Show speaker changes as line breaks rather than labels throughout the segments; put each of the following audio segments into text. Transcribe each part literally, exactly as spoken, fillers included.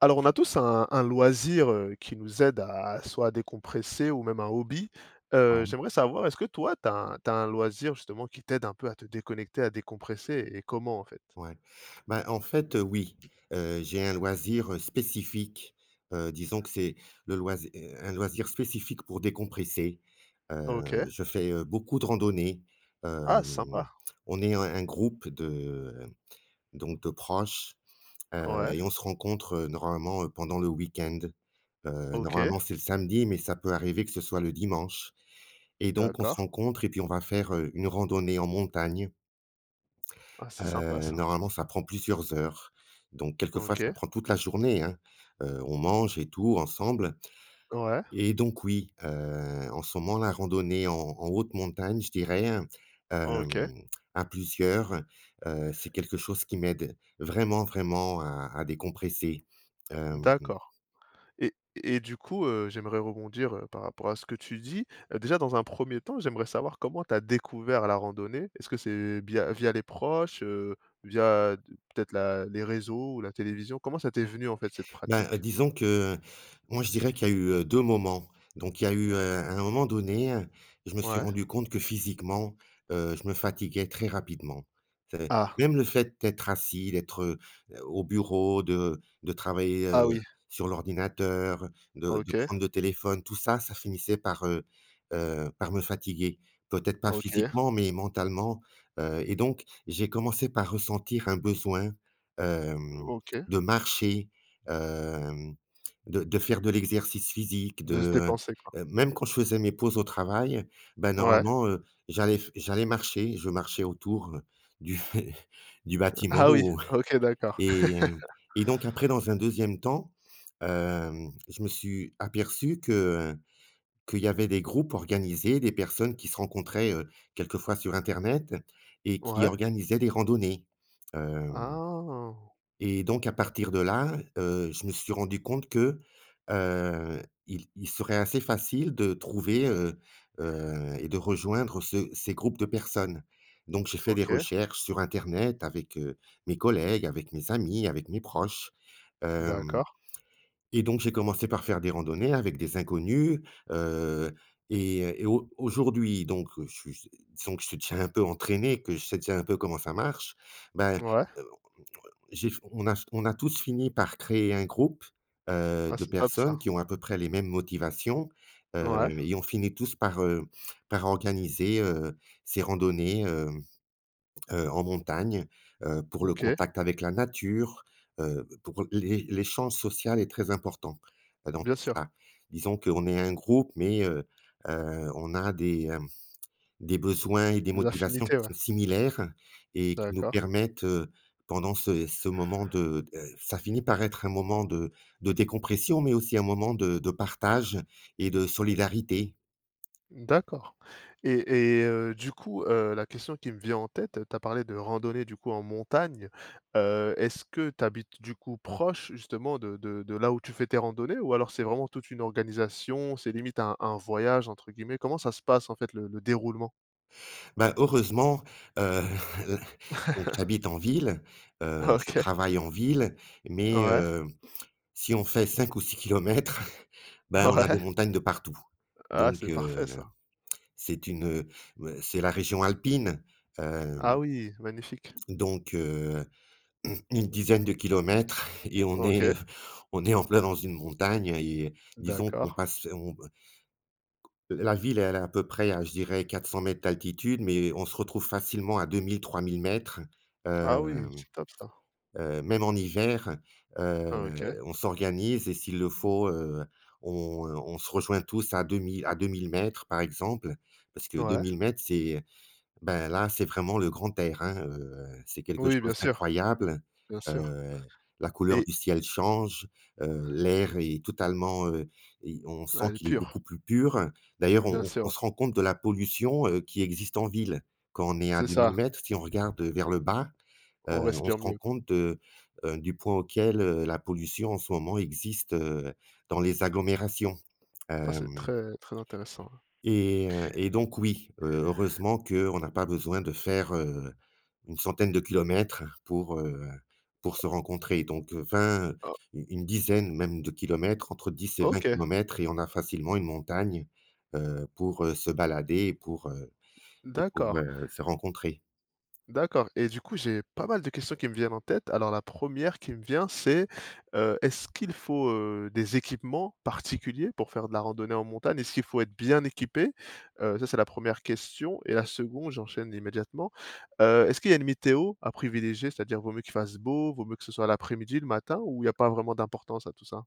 Alors, on a tous un, un loisir euh, qui nous aide à soit à décompresser ou même un hobby. Euh,
Ouais,
j'aimerais savoir, est-ce que toi, tu as, un t'as un loisir justement qui t'aide un peu à te déconnecter, à décompresser et comment en fait?
ouais. Bah, en fait, heu, oui, heu, j'ai un loisir, heu, spécifique. Heu, disons que c'est le loisir un loisir spécifique pour décompresser. Heu,
OK.
je fais, heu, beaucoup de randonnées.
Ah,
Hem,
sympa.
on est un un groupe de donc de proches, heu
Ouais.
et on se rencontre, heu, normalement, heu, pendant le week-end. Heu,
OK.
normalement, c'est le samedi, mais ça peut arriver que ce soit le dimanche, et donc on se
D'accord.
rencontre et puis on va faire, heu, une randonnée en montagne.
Ah, c'est sympa
Heu,
ça.
normalement, ça prend plusieurs heures, donc quelquefois, ça
OK.
prend toute la journée, hein. Heu, on mange et tout ensemble,
Ouais.
et donc oui, heu, en ce moment, la randonnée en en haute montagne, je dirais, hem,
OK.
à plusieurs, heu, c'est quelque chose qui m'aide vraiment, vraiment à à décompresser. Hem
D'accord. Et et du coup, heu, j'aimerais rebondir, heu, par rapport à ce que tu dis. Heu, déjà dans un premier temps, j'aimerais savoir comment tu as découvert la randonnée. Est-ce que c'est via via les proches, heu, via d peut-être la les réseaux ou la télévision? Comment ça t'est venu en fait cette
Bah, heu,
pratique?
disons que euh, moi, je dirais qu'il y a eu, heu, deux moments. Donc il y a eu, heu, à un moment donné, heu, je me suis
Ouais.
rendu compte que physiquement, heu, je me fatiguais très rapidement. C'est
Ah!
même le fait d'être assis, d'être, heu, au bureau, de de travailler, heu,
Ah oui.
sur l'ordinateur, de de
OK.
prendre le téléphone. Tout ça, ça finissait par, heu heu, par me fatiguer. Peut-être pas
OK.
physiquement, mais mentalement, heu et donc j'ai commencé par ressentir un besoin, hem,
OK.
de marcher, hem, de de faire de l'exercice physique.
De se
De,
dépenser quoi.
heu, même quand je faisais mes pauses au travail, ben
Ouais.
normalement, heu, j'allais f j'allais marcher, je marchais autour, heu, du du bâtiment,
Ah oui.
ou
OK, d'accord.
et hem et donc après, dans un deuxième temps, hem, je me suis aperçu que, heu, qu'il y avait des groupes organisés, des personnes qui se rencontraient, heu, quelquefois sur internet, et qui
Ouais.
organisaient des randonnées, hem
Ah!
et donc à partir de là, heu, je me suis rendu compte que, heu, il il serait assez facile de trouver, heu heu et de rejoindre ce ces groupes de personnes. Donc j'ai fait des
OK.
recherches sur internet avec, heu, mes collègues, avec mes amis, avec mes proches, hem
D'accord.
et donc j'ai commencé par faire des randonnées avec des inconnus, heu et et au aujourd'hui donc, je suis disons que je suis déjà un peu entraîné, que je sais déjà un peu comment ça marche. Ben,
Ouais.
j'ai on a on a tous fini par créer un groupe, heu,
Ah,
de
c'est top ça.
personnes qui ont à peu près les mêmes motivations, heu,
Ouais.
et on finit tous par, heu, par organiser, heu, ces randonnées, hem, heu, en montagne, heu, pour le
OK.
contact avec la nature, heu, pour l'é l'échange social est très important, heu, dans
Bien
tout
sûr.
ça. Disons qu'on est un groupe, mais, heu, heu, on a des, hem des besoins et des
Des
motivations
affinités, ouais.
qui sont similaires et qui nous
D'accord.
permettent, heu, pendant ce ce moment de de ça finit par être un moment de de décompression, mais aussi un moment de de partage et de solidarité.
D'accord et et heu, du coup, heu, la question qui me vient en tête, tu as parlé de randonnée du coup en montagne. Heu, est-ce que tu habites du coup proche justement de de de là où tu fais tes randonnées, ou alors c'est vraiment toute une organisation, c'est limite un un «voyage» entre guillemets? Comment ça se passe en fait le le déroulement?
Ben heureusement, heu, donc j'habite en ville, heu, je
OK.
travaille en ville, mais
Ouais,
heu, si on fait cinq ou six kilomètres, ben, on a des
ouais.
montagnes de partout.
Ah,
Donc
c'est
heu,
parfait ça.
c'est une, heu, ouais, c'est la région alpine,
Ah
hem,
oui, magnifique.
donc heu, une dizaine de kilomètres et on est,
OK,
on est en plein dans une montagne. Et disons qu'on
d'accord.
passe on la ville, elle est à peu près à, je dirais, quatre cents mètres d'altitude, mais on se retrouve facilement à deux mille, trois mille mètres.
Ah oui,
Hem
c'est top ça.
Heu, même en hiver,
OK,
heu, on s'organise, et s'il le faut, heu, on, on se rejoint tous à deux mille à deux mille mètres, par exemple, parce que
ouais.
deux mille mètres, c'est ben, là, c'est vraiment le grand air, hein, heu, c'est quelque
Oui, bien
chose
sûr,
d'incroyable.
bien sûr,
Heu, la couleur
et
du ciel change, heu, l'air est totalement, heu et on sent
elle est
qu'il est beaucoup
pure,
plus pur. D'ailleurs, on
bien
on
sûr,
on
ouais.
se rend compte de la pollution, heu, qui existe en ville. Quand on est à
C'est
deux mille
ça.
mètres, si on regarde vers le bas,
On
heu, on se
respire
rend
mieux.
compte de, heu, du point auquel, heu, la pollution en ce moment existe, heu, dans les agglomérations.
Ah, c'est
Hem
très, très intéressant.
et heu Et donc oui, heu, heureusement qu'on n'a pas besoin de faire, heu, une centaine de kilomètres pour, heu, pour se rencontrer. Donc vingt, u
O
une une dizaine même de kilomètres, entre dix et vingt
OK,
kilomètres et on a facilement une montagne, heu, pour, heu, se balader et pour, heu et pour,
d'accord,
heu, se rencontrer.
d'accord, et du coup, j'ai pas mal de questions qui me viennent en tête. Alors, la première qui me vient, c'est, heu, est-ce qu'il faut, heu, des équipements particuliers pour faire de la randonnée en montagne? Est-ce qu'il faut être bien équipé? Heu, ça, c'est la première question, et la seconde, j'enchaîne immédiatement. Heu, est-ce qu'il y a une météo à privilégier? C'est-à-dire, vaut mieux qu'il fasse beau, vaut mieux que ce soit l'après-midi, le matin, ou il y a pas vraiment d'importance à tout ça?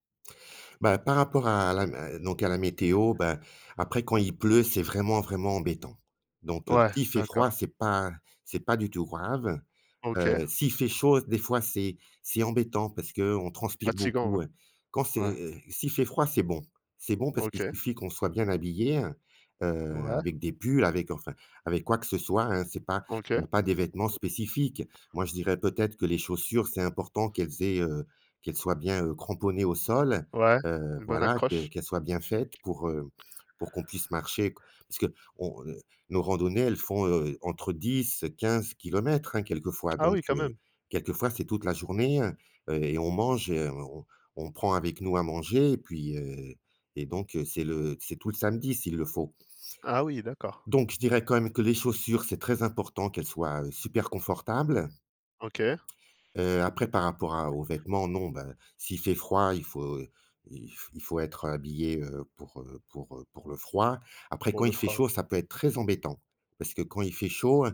Bah, par rapport à la m Donc à la météo, ben, après quand il pleut, c'est vraiment, vraiment embêtant. Donc, heu,
Ouais,
s'il fait froid,
d'accord.
c'est pas c'est pas du tout grave.
OK.
Heu, s'il fait chaud, des fois, c'est c'est embêtant parce qu'on transpire
Fatigant, ouais.
beaucoup, heu. Quand
Ouais.
c'est, heu, s'il fait froid, c'est bon. C'est bon parce qu'il
OK.
suffit qu'on soit bien habillé, hein, heu,
Ouais.
avec des pulls, avec enfin, avec quoi que ce soit, hein. C'est pas Il
OK,
y a pas des vêtements spécifiques. Moi, je dirais peut-être que les chaussures, c'est important qu'elles aient, heu, qu'elles soient bien, heu, cramponnées au sol,
ouais,
heu,
une bonne
voilà, que
accroche.
qu'elles soient bien faites pour, heu, pour qu'on puisse marcher q parce qu'on, heu nos randonnées, elles font, heu, entre dix à quinze kilomètres, hein, quelquefois,
Ah oui,
donc
quand
heu,
même.
quelquefois, c'est toute la journée, hein, heu et on mange, heu, on on prend avec nous à manger, et puis, heu et donc heu, c'est le c'est tout le samedi s'il le faut.
Ah oui, d'accord.
Donc je dirais quand même que les chaussures, c'est très important qu'elles soient, heu, super confortables.
OK,
Heu, après, par rapport à aux vêtements, non, bah, s'il fait froid, il faut, euh, il f il faut être habillé, heu, pour, heu, pour, heu, pour le froid. Après
pour
quand
le
il fait
frein.
chaud, ça peut être très embêtant parce que quand il fait chaud,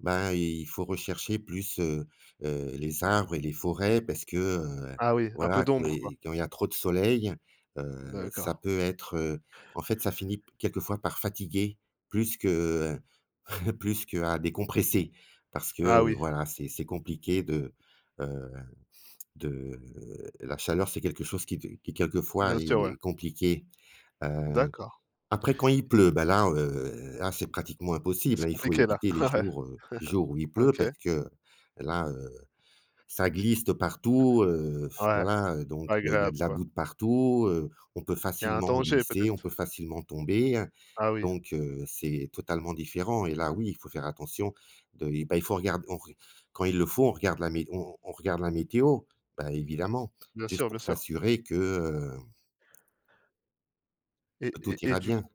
ben, il faut rechercher plus, heu heu, les arbres et les forêts parce que, heu,
Ah oui, un peu
voilà, quand
d'ombre, quoi.
les quand il y a trop de soleil, heu,
D'accord.
ça peut être, heu en fait, ça finit quelquefois par fatiguer plus que, plus qu'à décompresser, parce que,
Ah
heu,
oui,
voilà, c'est c'est compliqué de, heu, de la chaleur, c'est quelque chose qui qui quelquefois
bien sûr, ouais.
est compliqué. Heu,
D'accord.
Après quand il pleut, bah, là, heu, là, c'est pratiquement impossible,
C'est
hein. Il faut
compliqué là.
éviter les
Ouais,
jours, heu, les jours où il pleut, parce
OK.
que là, ça glisse de partout, heu,
Ouais,
voilà, euh, donc
pas
heu, il y a
agréable,
de la
quoi.
boue de partout, heu, on peut
Il y a un
facilement
danger
glisser, on
peut-être.
peut facilement tomber, hein,
Ah oui,
donc heu, c'est totalement différent, et là, oui, il faut faire attention de et bah, il faut regarder on re quand il le faut, on regarde la mé on on regarde la météo, bah, évidemment,
bien
juste
sûr, bien
pour
sûr.
s'assurer que, heu,
Et
que tout
et et
ira
du
bien.
coup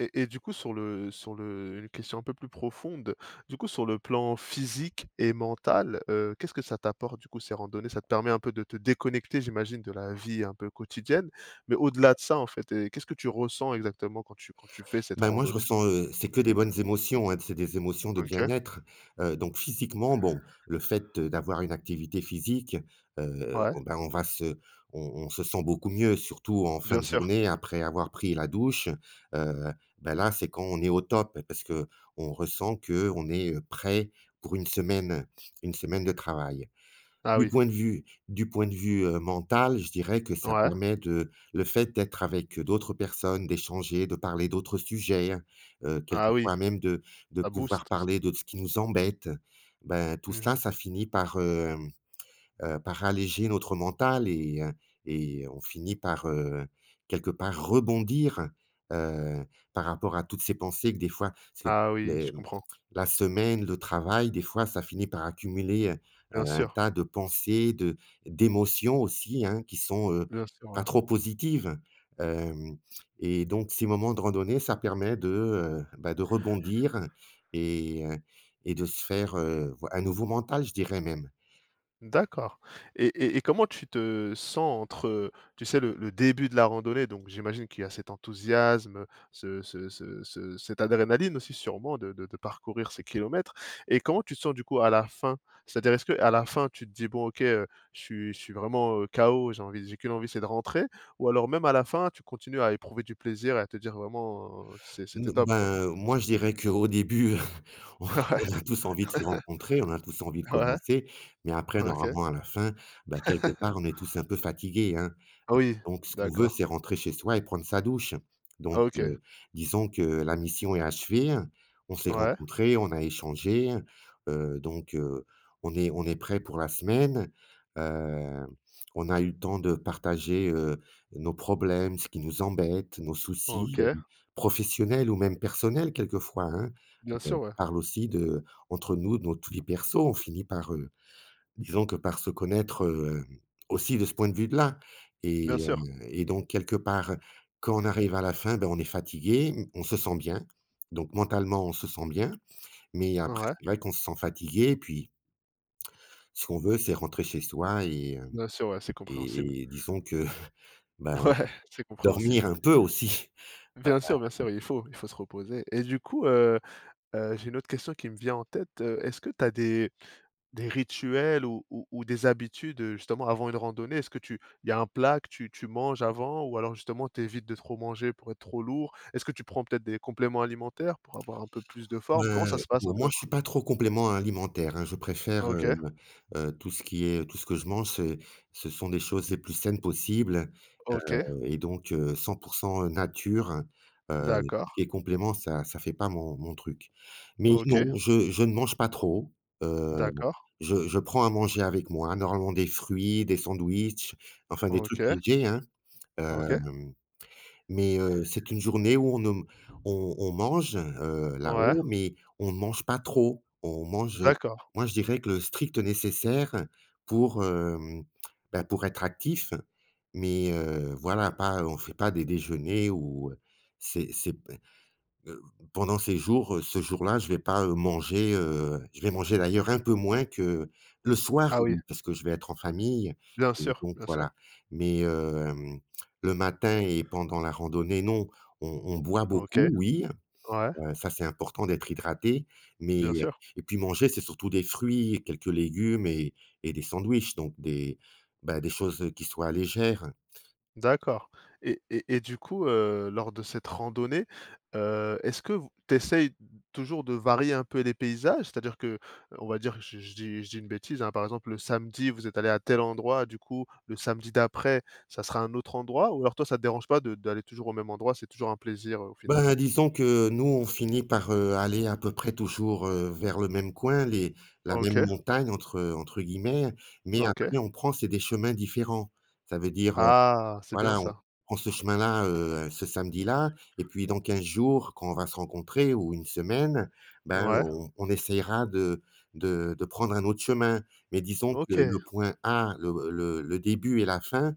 Et et du coup, sur le sur le une question un peu plus profonde, du coup, sur le plan physique et mental, heu, qu'est-ce que ça t'apporte, du coup, ces randonnées? Ça te permet un peu de te déconnecter, j'imagine, de la vie un peu quotidienne, mais au-delà de ça, en fait, heu, qu'est-ce que tu ressens exactement quand tu quand tu fais cette
Ben moi, je
randonnée?
ressens, heu, c'est que des bonnes émotions, hein. C'est des émotions de
OK,
bien-être, heu, donc physiquement, bon, le fait, heu, d'avoir une activité physique, heu,
ouais,
oh, ben, on va se on on se sent beaucoup mieux, surtout en fin
bien
de
sûr.
journée après avoir pris la douche, heu, bah, là, c'est quand on est au top, parce que on ressent que on est, heu, prêt pour une semaine une semaine de travail.
Ah
Du
oui,
point de vue du point de vue, heu, mental, je dirais que ça
ouais.
permet de le fait d'être avec d'autres personnes, d'échanger, de parler d'autres sujets, hein, heu,
Ah oui,
quelquefois même de de
ça
pouvoir
booste aussi.
parler de ce qui nous embête. Ben, tout cela,
Mmh.
ça finit par, hem heu, par alléger notre mental, et heu et on finit par, heu, quelque part, rebondir, heu, par rapport à toutes ces pensées. Que des fois, parce que
Ah oui,
les
je comprends.
la semaine, le travail, des fois, ça finit par accumuler, heu,
Bien
un
sûr,
tas de pensées, de d'émotions aussi, hein, qui sont, heu,
bien sûr,
pas
ouais.
trop positives. Hem Et donc ces moments de randonnée, ça permet de, heu, bah, de rebondir, et heu et de se faire, heu, voi un nouveau mental, je dirais même.
D'accord, et et et comment tu te sens entre, tu sais, le le début de la randonnée, donc j'imagine qu'il y a cet enthousiasme, ce ce ce ce cette adrénaline aussi, sûrement de de de parcourir ces kilomètres, et comment tu te sens du coup à la fin? C'est-à-dire, est-ce que à la fin tu te dis: «Bon, OK, heu, je suis je suis vraiment, heu, K O, j'ai envie j'ai qu'une envie, c'est de rentrer», ou alors, même à la fin, tu continues à éprouver du plaisir et à te dire vraiment, heu: «C'est
N
c'était top, quoi»?
Ben, moi, je dirais qu'au début, on on a tous envie de se rencontrer, on a tous envie de
Ouais, ouais,
commencer, mais après,
OK.
normalement, à la fin, bah, quelque part, on est tous un peu fatigués, hein.
Ah oui,
Donc ce qu'on veut, c'est
d'accord.
rentrer chez soi et prendre sa douche. Donc
OK,
heu, Disons que la mission est achevée, on s'est
ouais,
rencontrés, on a échangé, heu, donc heu, on est on est prêt pour la semaine. Heu, on a eu le temps de partager, heu, nos problèmes, ce qui nous embête, nos soucis, heu,
OK,
professionnels ou même personnels quelquefois, hein.
bien sûr, ouais.
Parle aussi de entre nous, de notre vie perso, on finit par, heu disons que par se connaître, heu, aussi de ce point de vue-là
Bien
et heu
sûr.
et donc quelque part, quand on arrive à la fin, ben, on est fatigué, mmh, on se sent bien, donc mentalement, on se sent bien, mais après
Ouais,
c'est vrai qu'on se sent fatigué et puis ce qu'on veut, c'est rentrer chez soi et heu
bien sûr, ouais, c'est compréhensible.
et et disons que, ben,
Ouais, c'est compréhensible.
dormir un peu aussi.
Bien sûr, bien sûr, il faut il faut se reposer, et du coup, heu heu, j'ai une autre question qui me vient en tête. Heu, est-ce que tu as des des rituels ou ou ou des habitudes, heu, justement avant une randonnée? Est-ce que tu il y a un plat que tu tu manges avant, ou alors justement tu évites de trop manger pour être trop lourd? Est-ce que tu prends peut-être des compléments alimentaires pour avoir un peu plus de forme? Comment
Ben,
ça se passe un
bon, moi,
peu?
je suis pas trop complément alimentaire, hein, je préfère, heu
OK.
heu, tout ce qui est tout ce que je mange, c'est ce sont des choses les plus saines possibles.
OK,
Et donc euh, cent pour cent nature, heu, tout
d'accord.
ce qui est complément, ça ça fait pas mon mon truc. Mais
OK,
non, je je ne mange pas trop, heu,
d'accord.
je je prends à manger avec moi, normalement des fruits, des sandwichs, enfin des trucs
OK.
légers, hein,
OK, ouais.
hem mais heu, c'est une journée où on ne on on mange, heu, là-haut, mais on ne mange pas trop. On mange,
D'accord.
moi, je dirais que le strict nécessaire pour, hem, bah, pour être actif, mais heu, voilà, pas on ne fait pas des déjeuners ou c'est c'est. Heu, Pendant ces jours, heu, ce jour-là, je vais pas, heu, manger, heu, je vais manger d'ailleurs un peu moins que le soir,
Ah oui.
oui, parce que je vais être en famille
Bien
et
sûr,
donc
bien
voilà.
sûr.
Mais, hem, le matin et pendant la randonnée, non. On on boit
OK,
beaucoup, oui,
ouais,
heu, ça c'est important d'être hydraté, mais
bien sûr.
et puis manger, c'est surtout des fruits, quelques légumes et et des sandwichs, donc des, bah, des choses, qui soient légères.
D'accord, et et et du coup, heu, lors de cette randonnée, heu, est-ce que vous tu essayes toujours de varier un peu les paysages? C'est-à-dire que, heu, on va dire, je je dis je dis une bêtise, hein, par exemple, le samedi vous êtes allés à tel endroit, du coup le samedi d'après, ça sera un autre endroit, ou alors toi, ça te dérange pas de d'aller toujours au même endroit, c'est toujours un plaisir, heu, au final?
Ben, disons que nous, on finit par, heu, aller à peu près toujours, heu, vers le même coin, les la même
OK,
montagne entre, entre guillemets, mais
OK.
après on prend c'est des chemins différents. Ça veut dire, heu,
Ah, c'est bien
voilà, on
ça.
prend ce chemin-là, heu, ce samedi-là et puis dans quinze jours quand on va se rencontrer ou une semaine, ben,
Ouais,
on on essaiera de de de prendre un autre chemin. Mais disons que
OK,
le point A, le le le début et la fin,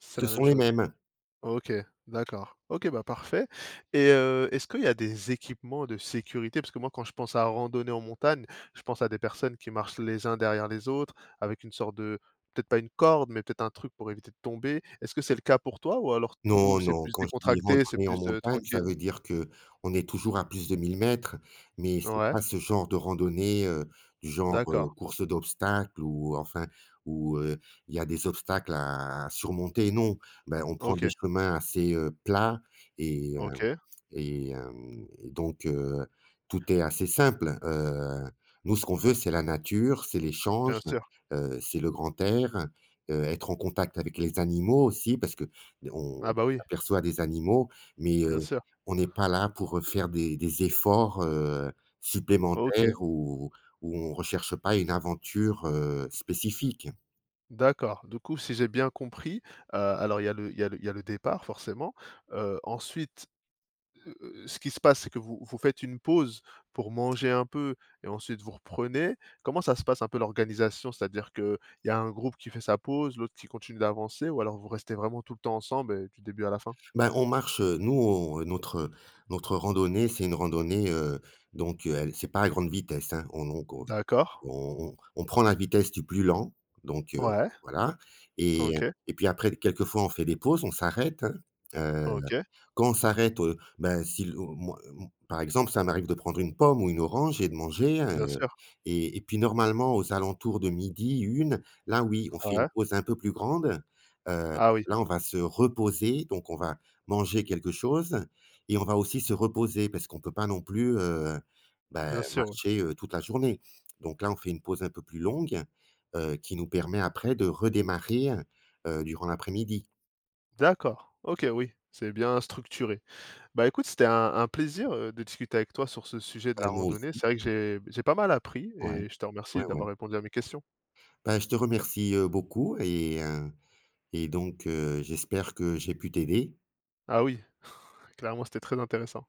c'est
ce
la même
sont les
chose.
mêmes.
OK, d'accord. OK, bah, parfait, et heu, est-ce qu'il y a des équipements de sécurité? Parce que moi, quand je pense à randonnée en montagne, je pense à des personnes qui marchent les uns derrière les autres avec une sorte de, peut-être pas une corde, mais peut-être un truc pour éviter de tomber. Est-ce que c'est le cas pour toi, ou alors vous,
Non,
c'est
non,
plus
quand je dis
décontracté, c'est
randonnée en
plus, heu,
montagne, ça
tranquille?
veut dire que on est toujours à plus de mille mètres, mais c'est
Ouais,
pas ce genre de randonnée, heu, du genre, heu,
d'accord.
course d'obstacles ou enfin, où, heu, il y a des obstacles à à surmonter, non. Ben, on prend des
OK,
chemins assez, heu, plats et hem
OK,
et hem et donc heu, tout est assez simple. Heu, nous, ce qu'on veut, c'est la nature, c'est l'échange,
bien sûr.
heu, c'est le grand air, heu, être en contact avec les animaux aussi parce qu'on
Ah bah oui,
aperçoit des animaux, mais heu,
bien sûr.
on n'est pas là pour, faire des des efforts, heu,
OK,
supplémentaires ou ou on recherche pas une aventure, heu, spécifique.
d'accord. Du coup, si j'ai bien compris, heu, alors il y a le il y a le il y a le départ forcément, heu, ensuite heu, ce qui se passe, c'est que vous vous faites une pause pour manger un peu, et ensuite vous reprenez. Comment ça se passe un peu l'organisation? C'est-à-dire qu'il y a un groupe qui fait sa pause, l'autre qui continue d'avancer, ou alors vous restez vraiment tout le temps ensemble, et du début à la fin?
Ben, on marche, heu, nous, on notre notre randonnée, c'est une randonnée, heu, donc heu, elle c'est pas à grande vitesse, hein. On donc on
D'accord.
on on prend la vitesse du plus lent, donc heu,
Ouais.
voilà et
OK.
et puis après quelquefois on fait des pauses, on s'arrête, hein. heu
OK.
Quand on s'arrête, heu, ben, si le oh, moi, m par exemple, ça m'arrive de prendre une pomme ou une orange et de manger,
Bien
heu
sûr.
et et puis normalement aux alentours de midi une là oui, on fait une
Ouais.
pause un peu plus grande. Heu,
Ah oui,
Là, on va se reposer, donc on va manger quelque chose et on va aussi se reposer parce qu'on peut pas non plus, heu, ben,
bien sûr, oui.
marcher, heu, toute la journée. Donc là, on fait une pause un peu plus longue, heu, qui nous permet après de redémarrer, heu, durant l'après-midi.
D'accord. OK, oui, c'est bien structuré. Bah, écoute, c'était un un plaisir, heu, de discuter avec toi sur ce sujet de la
Ouais, moi
randonnée.
aussi.
C'est vrai que j'ai j'ai pas mal appris,
Ouais,
et je te remercie
ouais, ouais.
d'avoir répondu à mes questions.
Bah, je te remercie, heu, beaucoup et heu et donc heu, j'espère que j'ai pu t'aider
Ah oui. Clairement, c'était très intéressant.